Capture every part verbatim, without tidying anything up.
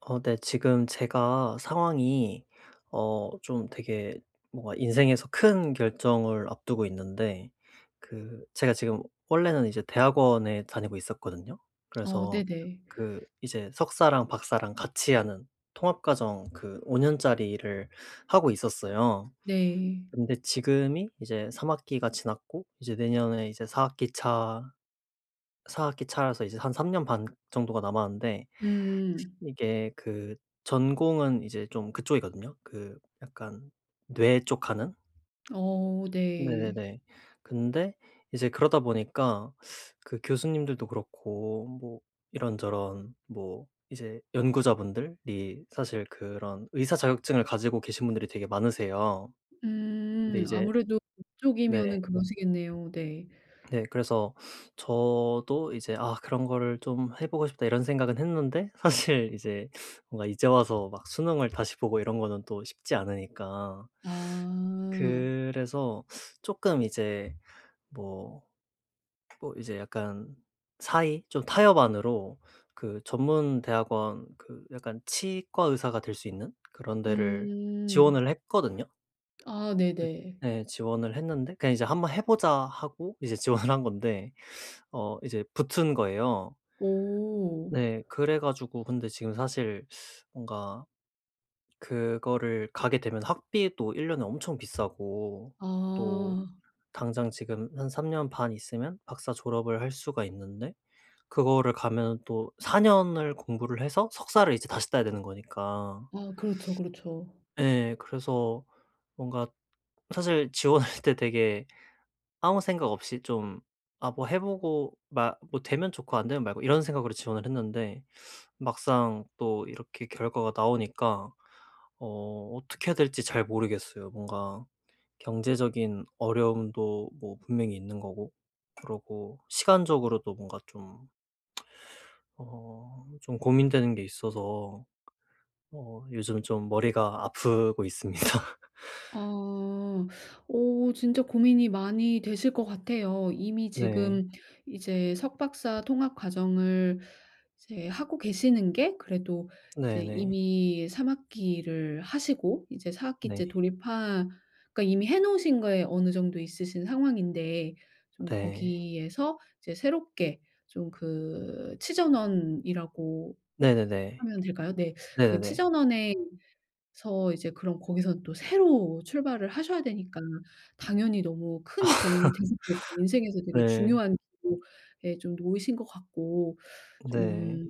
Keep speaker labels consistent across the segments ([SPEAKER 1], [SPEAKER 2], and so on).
[SPEAKER 1] 어 네. 지금 제가 상황이 어 좀 되게 뭔가 인생에서 큰 결정을 앞두고 있는데 그 제가 지금 원래는 이제 대학원에 다니고 있었거든요.
[SPEAKER 2] 어,
[SPEAKER 1] 그래서
[SPEAKER 2] 네네.
[SPEAKER 1] 그 이제 석사랑 박사랑 같이 하는 통합 과정 그 오 년 년짜리를 하고 있었어요.
[SPEAKER 2] 네.
[SPEAKER 1] 근데 지금이 이제 삼 학기 학기가 지났고 이제 내년에 이제 4 학기 차 4 학기 차라서 이제 한 삼 년 반 정도가 남았는데
[SPEAKER 2] 음.
[SPEAKER 1] 이게 그 전공은 이제 좀 그쪽이거든요. 그 약간 뇌 쪽 하는?
[SPEAKER 2] 어 네.
[SPEAKER 1] 네네네. 근데 이제 그러다 보니까 그 교수님들도 그렇고 뭐 이런저런 뭐 이제 연구자분들이 사실 그런 의사 자격증을 가지고 계신 분들이 되게 많으세요. 근데
[SPEAKER 2] 음
[SPEAKER 1] 이제
[SPEAKER 2] 아무래도
[SPEAKER 1] 네.
[SPEAKER 2] 그쪽이면은 그러시겠네요. 네.
[SPEAKER 1] 네. 그래서 저도 이제 '아 그런 거를 좀 해 보고 싶다.' 이런 생각은 했는데 사실 이제 뭔가 이제 와서 막 수능을 다시 보고 이런 거는 또 쉽지 않으니까.
[SPEAKER 2] 아.
[SPEAKER 1] 그래서 조금 이제 뭐 뭐 이제 약간 사이 좀 타협 안으로 그 전문 대학원 그 약간 치과 의사가 될 수 있는 그런 데를
[SPEAKER 2] 음.
[SPEAKER 1] 지원을 했거든요.
[SPEAKER 2] 아,
[SPEAKER 1] 네.
[SPEAKER 2] 네네.
[SPEAKER 1] 네. 지원을 했는데 그냥 이제 '한번 해 보자.' 하고 이제 지원을 한 건데 어 이제 붙은 거예요.
[SPEAKER 2] 오.
[SPEAKER 1] 네. 그래 가지고 근데 지금 사실 뭔가 그거를 가게 되면 학비도 일 년 년에 엄청 비싸고 또
[SPEAKER 2] 아.
[SPEAKER 1] 당장 지금 한 삼 년 반 있으면 박사 졸업을 할 수가 있는데 그거를 가면 또 사 년 년을 공부를 해서 석사를 이제 다시 따야 되는 거니까.
[SPEAKER 2] 아, 그렇죠, 그렇죠.
[SPEAKER 1] 네 그래서 뭔가 사실 지원할 때 되게 아무 생각 없이 좀 '아 뭐 해 보고 마 뭐 되면 좋고 안 되면 말고.' 이런 생각으로 지원을 했는데 막상 또 이렇게 결과가 나오니까 어 어떻게 해야 될지 잘 모르겠어요. 뭔가 경제적인 어려움도 뭐 분명히 있는 거고 그러고 시간적으로도 뭔가 좀 어 좀 고민되는 게 있어서 어 요즘 좀 머리가 아프고 있습니다.
[SPEAKER 2] 아. 오, 진짜 고민이 많이 되실 것 같아요. 이미
[SPEAKER 1] 네.
[SPEAKER 2] 지금 이제 석박사 통합 과정을 이제 하고 계시는 게 그래도 이제
[SPEAKER 1] 네네.
[SPEAKER 2] 이미 삼 학기를 하시고 이제 사
[SPEAKER 1] 네.
[SPEAKER 2] 학기째 돌입하 그러니까 이미 해 놓으신 거에 어느 정도 있으신 상황인데 좀
[SPEAKER 1] 네.
[SPEAKER 2] 거기에서 이제 새롭게 좀 그 치전원이라고
[SPEAKER 1] 네네네.
[SPEAKER 2] 하면 될까요? 네.
[SPEAKER 1] 네네네.
[SPEAKER 2] 그
[SPEAKER 1] 네네네.
[SPEAKER 2] 치전원의 서 이제 그럼 거기선 또 새로 출발을 하셔야 되니까 당연히 너무 큰 고민이 되실 거고 인생에서 되게
[SPEAKER 1] 네.
[SPEAKER 2] 중요한 기로에 좀 놓이신 것 같고
[SPEAKER 1] 네.
[SPEAKER 2] 좀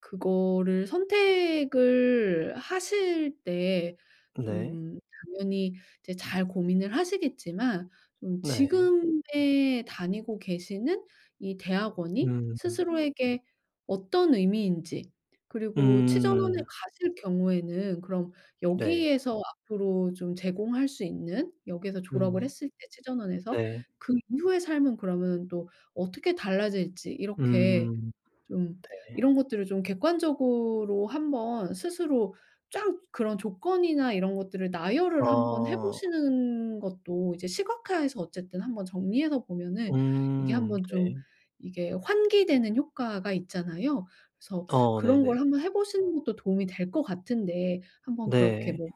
[SPEAKER 2] 그거를 선택을 하실 때
[SPEAKER 1] 네.
[SPEAKER 2] 좀 당연히 이제 잘 고민을 하시겠지만 좀
[SPEAKER 1] 네.
[SPEAKER 2] 지금에 다니고 계시는 이 대학원이
[SPEAKER 1] 음.
[SPEAKER 2] 스스로에게 어떤 의미인지, 그리고 치전원에
[SPEAKER 1] 음.
[SPEAKER 2] 가실 경우에는 그럼
[SPEAKER 1] 네.
[SPEAKER 2] 여기에서 앞으로 좀 제공할 수 있는, 여기에서 졸업을
[SPEAKER 1] 음.
[SPEAKER 2] 했을 때 치전원에서
[SPEAKER 1] 네.
[SPEAKER 2] 그 이후의 삶은 그러면 또 어떻게 달라질지, 이렇게
[SPEAKER 1] 음.
[SPEAKER 2] 좀
[SPEAKER 1] 네.
[SPEAKER 2] 이런 것들을 좀 객관적으로 한번 스스로 쫙 그런 조건이나 이런 것들을 나열을 한번 해
[SPEAKER 1] 아.
[SPEAKER 2] 보시는 것도, 이제 시각화해서 어쨌든 한번 정리해서 보면은 이게
[SPEAKER 1] 음
[SPEAKER 2] 한번 좀
[SPEAKER 1] 네.
[SPEAKER 2] 이게 환기되는 효과가 있잖아요. 그래서
[SPEAKER 1] 어
[SPEAKER 2] 그런 걸
[SPEAKER 1] 네네.
[SPEAKER 2] 한번 해 보시는 것도 도움이 될 것 같은데 한번 그렇게
[SPEAKER 1] 네.
[SPEAKER 2] 뭐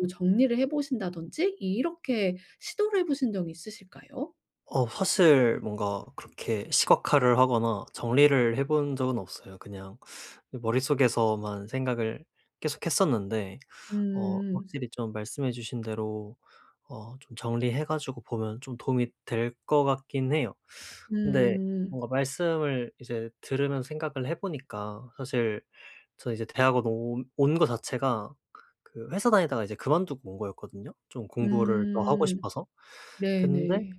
[SPEAKER 2] 뭐 정리를 해 보신다든지 이렇게 시도를 해 보신 적이 있으실까요?
[SPEAKER 1] 어 사실 뭔가 그렇게 시각화를 하거나 정리를 해본 적은 없어요. 그냥 머릿속에서만 생각을 계속 했었는데 어
[SPEAKER 2] 음.
[SPEAKER 1] 확실히 좀 말씀해 주신 대로 어 좀 정리해 가지고 보면 좀 도움이 될 것 같긴 해요. 근데
[SPEAKER 2] 음.
[SPEAKER 1] 뭔가 말씀을 이제 들으면서 생각을 해 보니까 사실 저 이제 대학원 온 온 거 자체가 그 회사 다니다가 이제 그만두고 온 거였거든요, 좀 공부를 더 하고
[SPEAKER 2] 음,
[SPEAKER 1] 싶어서. 근데
[SPEAKER 2] 네네.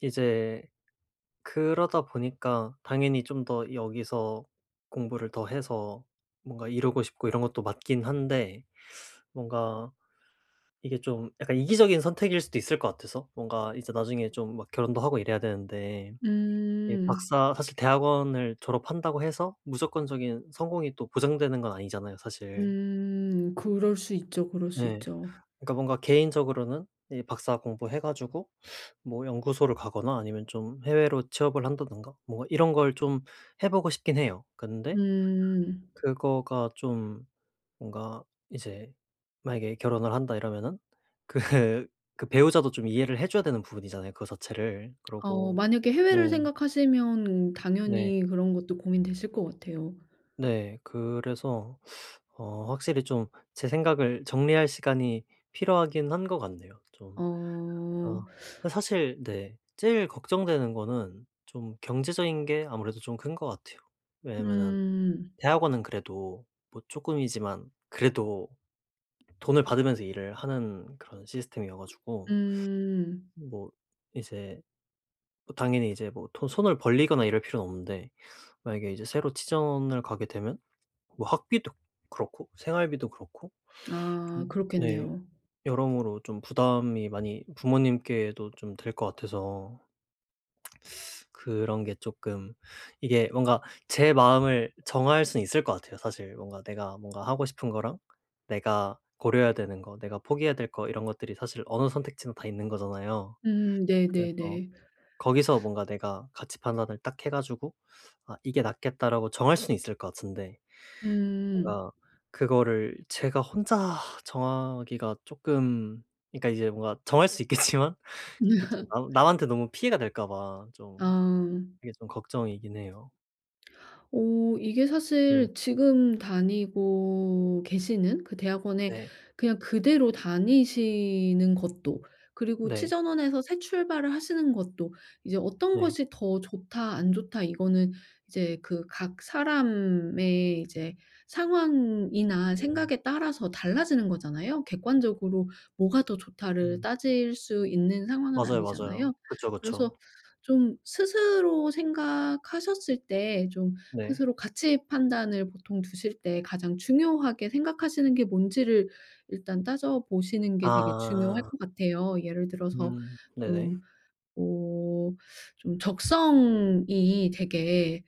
[SPEAKER 1] 이제 그러다 보니까 당연히 좀 더 여기서 공부를 더 해서 뭔가 이루고 싶고 이런 것도 맞긴 한데 뭔가 이게 좀 약간 이기적인 선택일 수도 있을 것 같아서 뭔가 이제 나중에 좀 막 결혼도 하고 이래야 되는데 예
[SPEAKER 2] 음.
[SPEAKER 1] 박사 사실 대학원을 졸업한다고 해서 무조건적인 성공이 또 보장되는 건 아니잖아요 사실.
[SPEAKER 2] 음. 그럴 수 있죠, 그럴 수
[SPEAKER 1] 예.
[SPEAKER 2] 있죠.
[SPEAKER 1] 그러니까 뭔가 개인적으로는 이 박사 공부해 가지고 뭐 연구소를 가거나 아니면 좀 해외로 취업을 한다든가 뭔가 이런 걸 좀 해 보고 싶긴 해요. 근데
[SPEAKER 2] 음.
[SPEAKER 1] 그거가 좀 뭔가 이제 만약에 결혼을 한다 이러면은 그 그 배우자도 좀 이해를 해 줘야 되는 부분이잖아요 그거 자체를.
[SPEAKER 2] 어
[SPEAKER 1] 그러고
[SPEAKER 2] 만약에 해외를
[SPEAKER 1] 네.
[SPEAKER 2] 생각하시면
[SPEAKER 1] 네.
[SPEAKER 2] 당연히 그런 것도 고민되실 것 같아요.
[SPEAKER 1] 네. 그래서 어 확실히 좀 제 생각을 정리할 시간이 필요하긴 한 것 같네요 좀.
[SPEAKER 2] 어.
[SPEAKER 1] 아. 사실 네. 제일 걱정되는 거는 좀 경제적인 게 아무래도 좀 큰 것 같아요. 왜냐면은
[SPEAKER 2] 음.
[SPEAKER 1] 대학원은 그래도 뭐 조금이지만 그래도 돈을 받으면서 일을 하는 그런 시스템이어 가지고
[SPEAKER 2] 음.
[SPEAKER 1] 뭐 이제 뭐 당연히 이제 뭐 돈 손을 벌리거나 이럴 필요는 없는데 만약에 이제 새로 취준을 가게 되면 뭐 학비도 그렇고 생활비도 그렇고
[SPEAKER 2] 아,
[SPEAKER 1] 음 네
[SPEAKER 2] 그렇겠네요.
[SPEAKER 1] 여러모로 좀 부담이 많이 부모님께도 좀 될 것 같아서 그런 게 조금 이게 뭔가 제 마음을 정할 수는 있을 것 같아요 사실. 뭔가 내가 뭔가 하고 싶은 거랑 내가 고려해야 되는 거, 내가 포기해야 될 거 이런 것들이 사실 어느 선택지나 다 있는 거잖아요.
[SPEAKER 2] 음,
[SPEAKER 1] 그래서
[SPEAKER 2] 네네네.
[SPEAKER 1] 거기서 뭔가 내가 가치 판단을 딱 해 가지고 '아 이게 낫겠다.'라고 정할 수는 있을 것 같은데
[SPEAKER 2] 음.
[SPEAKER 1] 뭔가 그거를 제가 혼자 정하기가 조금 그러니까 이제 뭔가 정할 수 있겠지만 그게 좀 남 남한테 너무 피해가 될까 봐 좀
[SPEAKER 2] 아.
[SPEAKER 1] 그게 좀 걱정이긴 해요.
[SPEAKER 2] 어 이게
[SPEAKER 1] 네.
[SPEAKER 2] 사실 지금 다니고 계시는 그 대학원에
[SPEAKER 1] 네.
[SPEAKER 2] 그냥 그대로 다니시는 것도, 그리고
[SPEAKER 1] 네.
[SPEAKER 2] 치전원에서 새 출발을 하시는 것도 이제 어떤
[SPEAKER 1] 네.
[SPEAKER 2] 것이 더 좋다 안 좋다 이거는 이제 그 각 사람의 이제 상황이나
[SPEAKER 1] 음.
[SPEAKER 2] 생각에 따라서 달라지는 거잖아요. 객관적으로 뭐가 더 좋다를
[SPEAKER 1] 음.
[SPEAKER 2] 따질 수 있는 상황은
[SPEAKER 1] 맞아요,
[SPEAKER 2] 아니잖아요.
[SPEAKER 1] 맞아요. 그쵸,
[SPEAKER 2] 그래서
[SPEAKER 1] 그쵸.
[SPEAKER 2] 좀 스스로 생각하셨을 때좀
[SPEAKER 1] 네.
[SPEAKER 2] 스스로 가치 판단을 보통 두실 때 가장 중요하게 생각하시는 게 뭔지를 일단 따져 보시는 게 되게 중요할
[SPEAKER 1] 아.
[SPEAKER 2] 것 같아요. 예를 들어서
[SPEAKER 1] 음. 네네.
[SPEAKER 2] 좀 뭐 좀 적성이 되게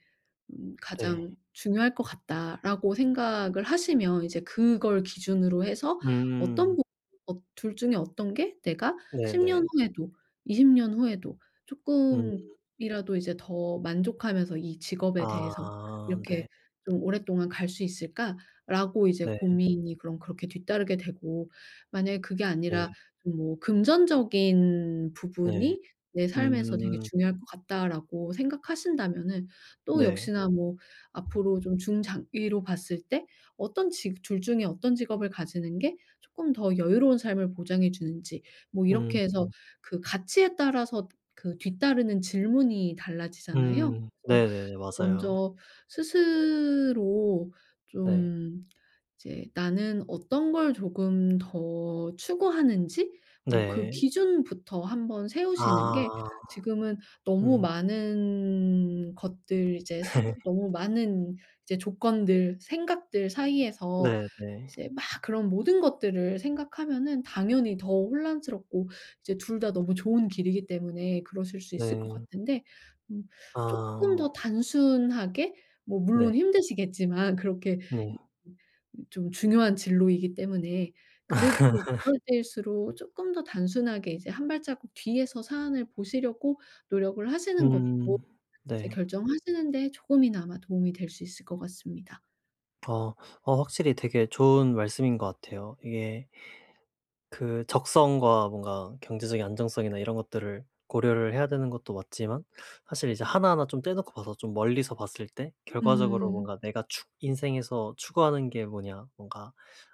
[SPEAKER 2] 음
[SPEAKER 1] 네.
[SPEAKER 2] '가장 중요할 것 같다.'라고 생각을 하시면 이제 그걸 기준으로 해서 어떤
[SPEAKER 1] 음.
[SPEAKER 2] 부 어 둘 중에 어떤 게 내가 십 년
[SPEAKER 1] 네네.
[SPEAKER 2] 후에도 이십 년 후에도 조
[SPEAKER 1] 음.
[SPEAKER 2] 금이라도 이제 더 만족하면서 이 직업에 대해서
[SPEAKER 1] 아.
[SPEAKER 2] 이렇게
[SPEAKER 1] 네.
[SPEAKER 2] 좀 '오랫동안 갈 수 있을까?'라고 이제
[SPEAKER 1] 네.
[SPEAKER 2] 고민이 그럼 그렇게 뒤따르게 되고, 만약에 그게
[SPEAKER 1] 네.
[SPEAKER 2] 아니라 좀뭐 '금전적인
[SPEAKER 1] 네.
[SPEAKER 2] 부분이 내 삶에서 되게
[SPEAKER 1] 음.
[SPEAKER 2] 중요할 것 같다.'라고 생각하신다면은 또
[SPEAKER 1] 네.
[SPEAKER 2] 역시나 뭐 앞으로 좀 중장기로 봤을 때 어떤 직 둘 중에 어떤 직업을 가지는 게 쪼끔 더 여유로운 삶을 보장해 주는지 뭐
[SPEAKER 1] 음.
[SPEAKER 2] 이렇게 해서
[SPEAKER 1] 음.
[SPEAKER 2] 그 가치에 따라서 그 뒤따르는 질문이 달라지잖아요.
[SPEAKER 1] 음.
[SPEAKER 2] 그래서
[SPEAKER 1] 네네네. 맞아요.
[SPEAKER 2] 먼저 스스로
[SPEAKER 1] 네.
[SPEAKER 2] 좀 이제 나는 어떤 걸 조금 더 추구하는지 뭐 그
[SPEAKER 1] 네.
[SPEAKER 2] 기준부터 한번 세우시는 게,
[SPEAKER 1] 아.
[SPEAKER 2] 지금은 너무
[SPEAKER 1] 음.
[SPEAKER 2] 많은 것들 이제 사 너무 많은 이제 조건들, 생각들 사이에서
[SPEAKER 1] 네네. 네.
[SPEAKER 2] 이제 막 그런 모든 것들을 생각하면은 당연히 더 혼란스럽고 이제 둘 다 너무 좋은 길이기 때문에 그러실 수 있을 것
[SPEAKER 1] 네.
[SPEAKER 2] 같은데 음 쪼끔 더
[SPEAKER 1] 아.
[SPEAKER 2] 단순하게, 뭐
[SPEAKER 1] 네.
[SPEAKER 2] 물론 힘드시겠지만 그렇게 이
[SPEAKER 1] 네.
[SPEAKER 2] 좀 중요한 진로이기 때문에 그래도 그럴 때일수록 쪼끔 더 단순하게 이제 한 발자국 뒤에서 사안을 보시려고 노력을 하시는 것도
[SPEAKER 1] 음.
[SPEAKER 2] 이제
[SPEAKER 1] 네.
[SPEAKER 2] 결정하시는 데 조금이나마 도움이 될 수 있을 것 같습니다.
[SPEAKER 1] 어. 어 확실히 되게 좋은 말씀인 것 같아요. 이게 그 적성과 뭔가 경제적인 안정성이나 이런 것들을 고려를 해야 되는 것도 맞지만 사실 이제 하나하나 좀 떼놓고 봐서 좀 멀리서 봤을 때 결과적으로
[SPEAKER 2] 음.
[SPEAKER 1] 뭔가 '내가 추 인생에서 추구하는 게 뭐냐. 뭔가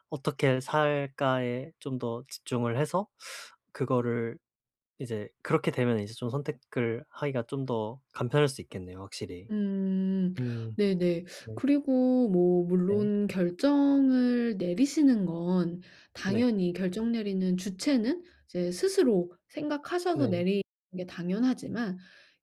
[SPEAKER 1] 어떻게 살까.'에 좀 더 집중을 해서 그거를 이제 그렇게 되면 이제 좀 선택을 하기가 좀 더 간편할 수 있겠네요 확실히.
[SPEAKER 2] 음.
[SPEAKER 1] 음.
[SPEAKER 2] 네네.
[SPEAKER 1] 네.
[SPEAKER 2] 그리고 뭐
[SPEAKER 1] 네.
[SPEAKER 2] 물론 결정을 내리시는 건
[SPEAKER 1] 네.
[SPEAKER 2] 당연히, 결정 내리는 주체는 이제 스스로 생각하셔서
[SPEAKER 1] 네.
[SPEAKER 2] 내리는 게 당연하지만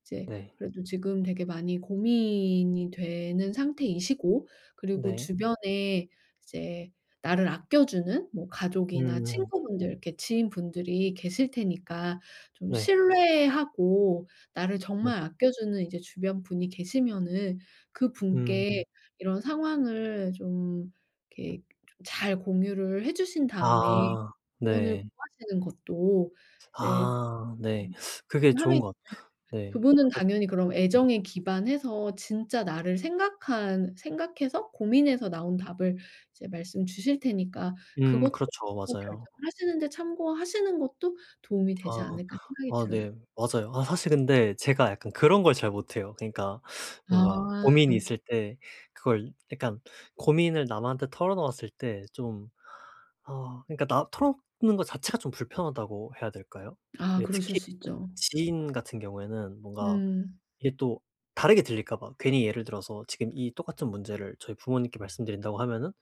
[SPEAKER 2] 이제
[SPEAKER 1] 네.
[SPEAKER 2] 그래도 지금 되게 많이 고민이 되는 상태이시고 그리고
[SPEAKER 1] 네.
[SPEAKER 2] 주변에 이제 나를 아껴주는 뭐 가족이나
[SPEAKER 1] 음.
[SPEAKER 2] 친구분들, 이렇게 지인분들이 계실 테니까 좀
[SPEAKER 1] 네.
[SPEAKER 2] 신뢰하고 나를
[SPEAKER 1] 네.
[SPEAKER 2] 정말 아껴주는 이제 주변 분이 계시면은
[SPEAKER 1] 음.
[SPEAKER 2] 그분께 이런 상황을 좀 이렇게 좀 잘 공유를 해 주신 다음에
[SPEAKER 1] 아.
[SPEAKER 2] 조언을
[SPEAKER 1] 네.
[SPEAKER 2] 구하시는 것도 이제
[SPEAKER 1] 아 네.
[SPEAKER 2] 음
[SPEAKER 1] 그게
[SPEAKER 2] 그렇게 하면
[SPEAKER 1] 좋은 것 같아요. 네.
[SPEAKER 2] 그분은
[SPEAKER 1] 사실
[SPEAKER 2] 당연히 그럼
[SPEAKER 1] 네.
[SPEAKER 2] 애정에 기반해서 진짜 나를 생각한 생각해서 고민해서 나온 답을 이제 말씀 주실 테니까
[SPEAKER 1] 음
[SPEAKER 2] 그것도
[SPEAKER 1] 그렇죠. 맞아요.
[SPEAKER 2] 결정을 하시는데 참고하시는 것도 도움이 되지
[SPEAKER 1] 아.
[SPEAKER 2] 않을까 생각이
[SPEAKER 1] 아
[SPEAKER 2] 들어요.
[SPEAKER 1] 네. 맞아요. 아 사실 근데 제가 약간 그런 걸 잘 못해요. 그러니까 뭔가
[SPEAKER 2] 아.
[SPEAKER 1] 고민이 있을 때 그걸 약간 고민을 남한테 털어놓았을 때 좀 아 그러니까 나 털어놓는 것 자체가 좀 불편하다고 해야 될까요?
[SPEAKER 2] 아,
[SPEAKER 1] 예
[SPEAKER 2] 그러실
[SPEAKER 1] 특히
[SPEAKER 2] 수 있죠.
[SPEAKER 1] 지인 같은 경우에는 뭔가
[SPEAKER 2] 음.
[SPEAKER 1] 이게 또 다르게 들릴까 봐. 괜히 예를 들어서 지금 이 똑같은 문제를 저희 부모님께 말씀드린다고 하면은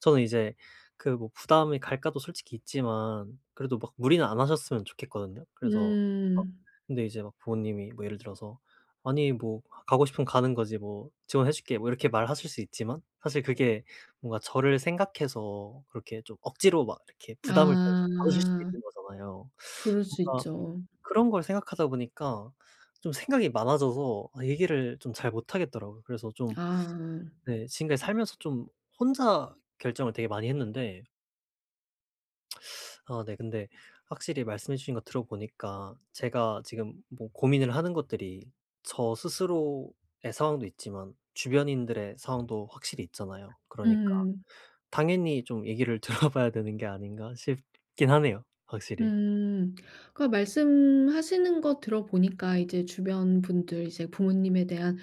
[SPEAKER 1] 저는 이제 그 뭐 부담이 갈까도 솔직히 있지만 그래도 막 무리는 안 하셨으면 좋겠거든요. 그래서 막
[SPEAKER 2] 음.
[SPEAKER 1] 근데 이제 막 부모님이 뭐 예를 들어서 "아니 뭐 가고 싶으면 가는 거지 뭐 지원해 줄게." 뭐 이렇게 말하실 수 있지만 사실 그게 뭔가 저를 생각해서 그렇게 좀 억지로 막 이렇게 부담을 좀 받으실 수도
[SPEAKER 2] 아.
[SPEAKER 1] 있는 거잖아요.
[SPEAKER 2] 그럴 수
[SPEAKER 1] 뭔가
[SPEAKER 2] 있죠.
[SPEAKER 1] 그런 걸 생각하다 보니까 좀 생각이 많아져서 아 얘기를 좀 잘 못하겠더라고요. 그래서 좀
[SPEAKER 2] 아.
[SPEAKER 1] 네 지금까지 살면서 좀 혼자 결정을 되게 많이 했는데 아 네 근데 확실히 말씀해 주신 거 들어보니까 제가 지금 뭐 고민을 하는 것들이 저 스스로의 상황도 있지만 주변인들의 상황도 확실히 있잖아요. 그러니까
[SPEAKER 2] 음.
[SPEAKER 1] 당연히 좀 얘기를 들어봐야 되는 게 아닌가 싶긴 하네요, 확실히.
[SPEAKER 2] 음. 그러니까 말씀하시는 거 들어보니까 이제 주변 분들, 이제 부모님에 대한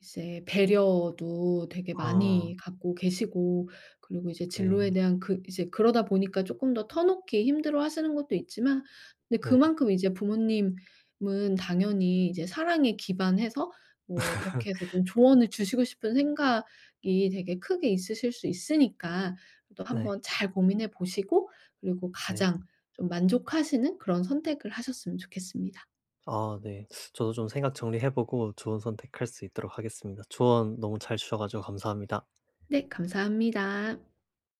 [SPEAKER 2] 이제 배려도 되게
[SPEAKER 1] 아
[SPEAKER 2] 많이 갖고 계시고, 그리고 이제 진로에
[SPEAKER 1] 네.
[SPEAKER 2] 대한 그 이제 그러다 보니까 조금 더 터놓기 힘들어하시는 것도 있지만 근데
[SPEAKER 1] 네.
[SPEAKER 2] 그만큼 이제 부모님은 당연히 이제 사랑에 기반해서 뭐 이렇게 해서 좀 조언을 주시고 싶은 생각이 되게 크게 있으실 수 있으니까 또
[SPEAKER 1] 네.
[SPEAKER 2] 한번 잘 고민해 보시고 그리고
[SPEAKER 1] 네.
[SPEAKER 2] 가장 좀 만족하시는 그런 선택을 하셨으면 좋겠습니다.
[SPEAKER 1] 아 네. 저도 좀 생각 정리해 보고 좋은 선택할 수 있도록 하겠습니다. 조언 너무 잘 주셔 가지고 감사합니다.
[SPEAKER 2] 네, 감사합니다.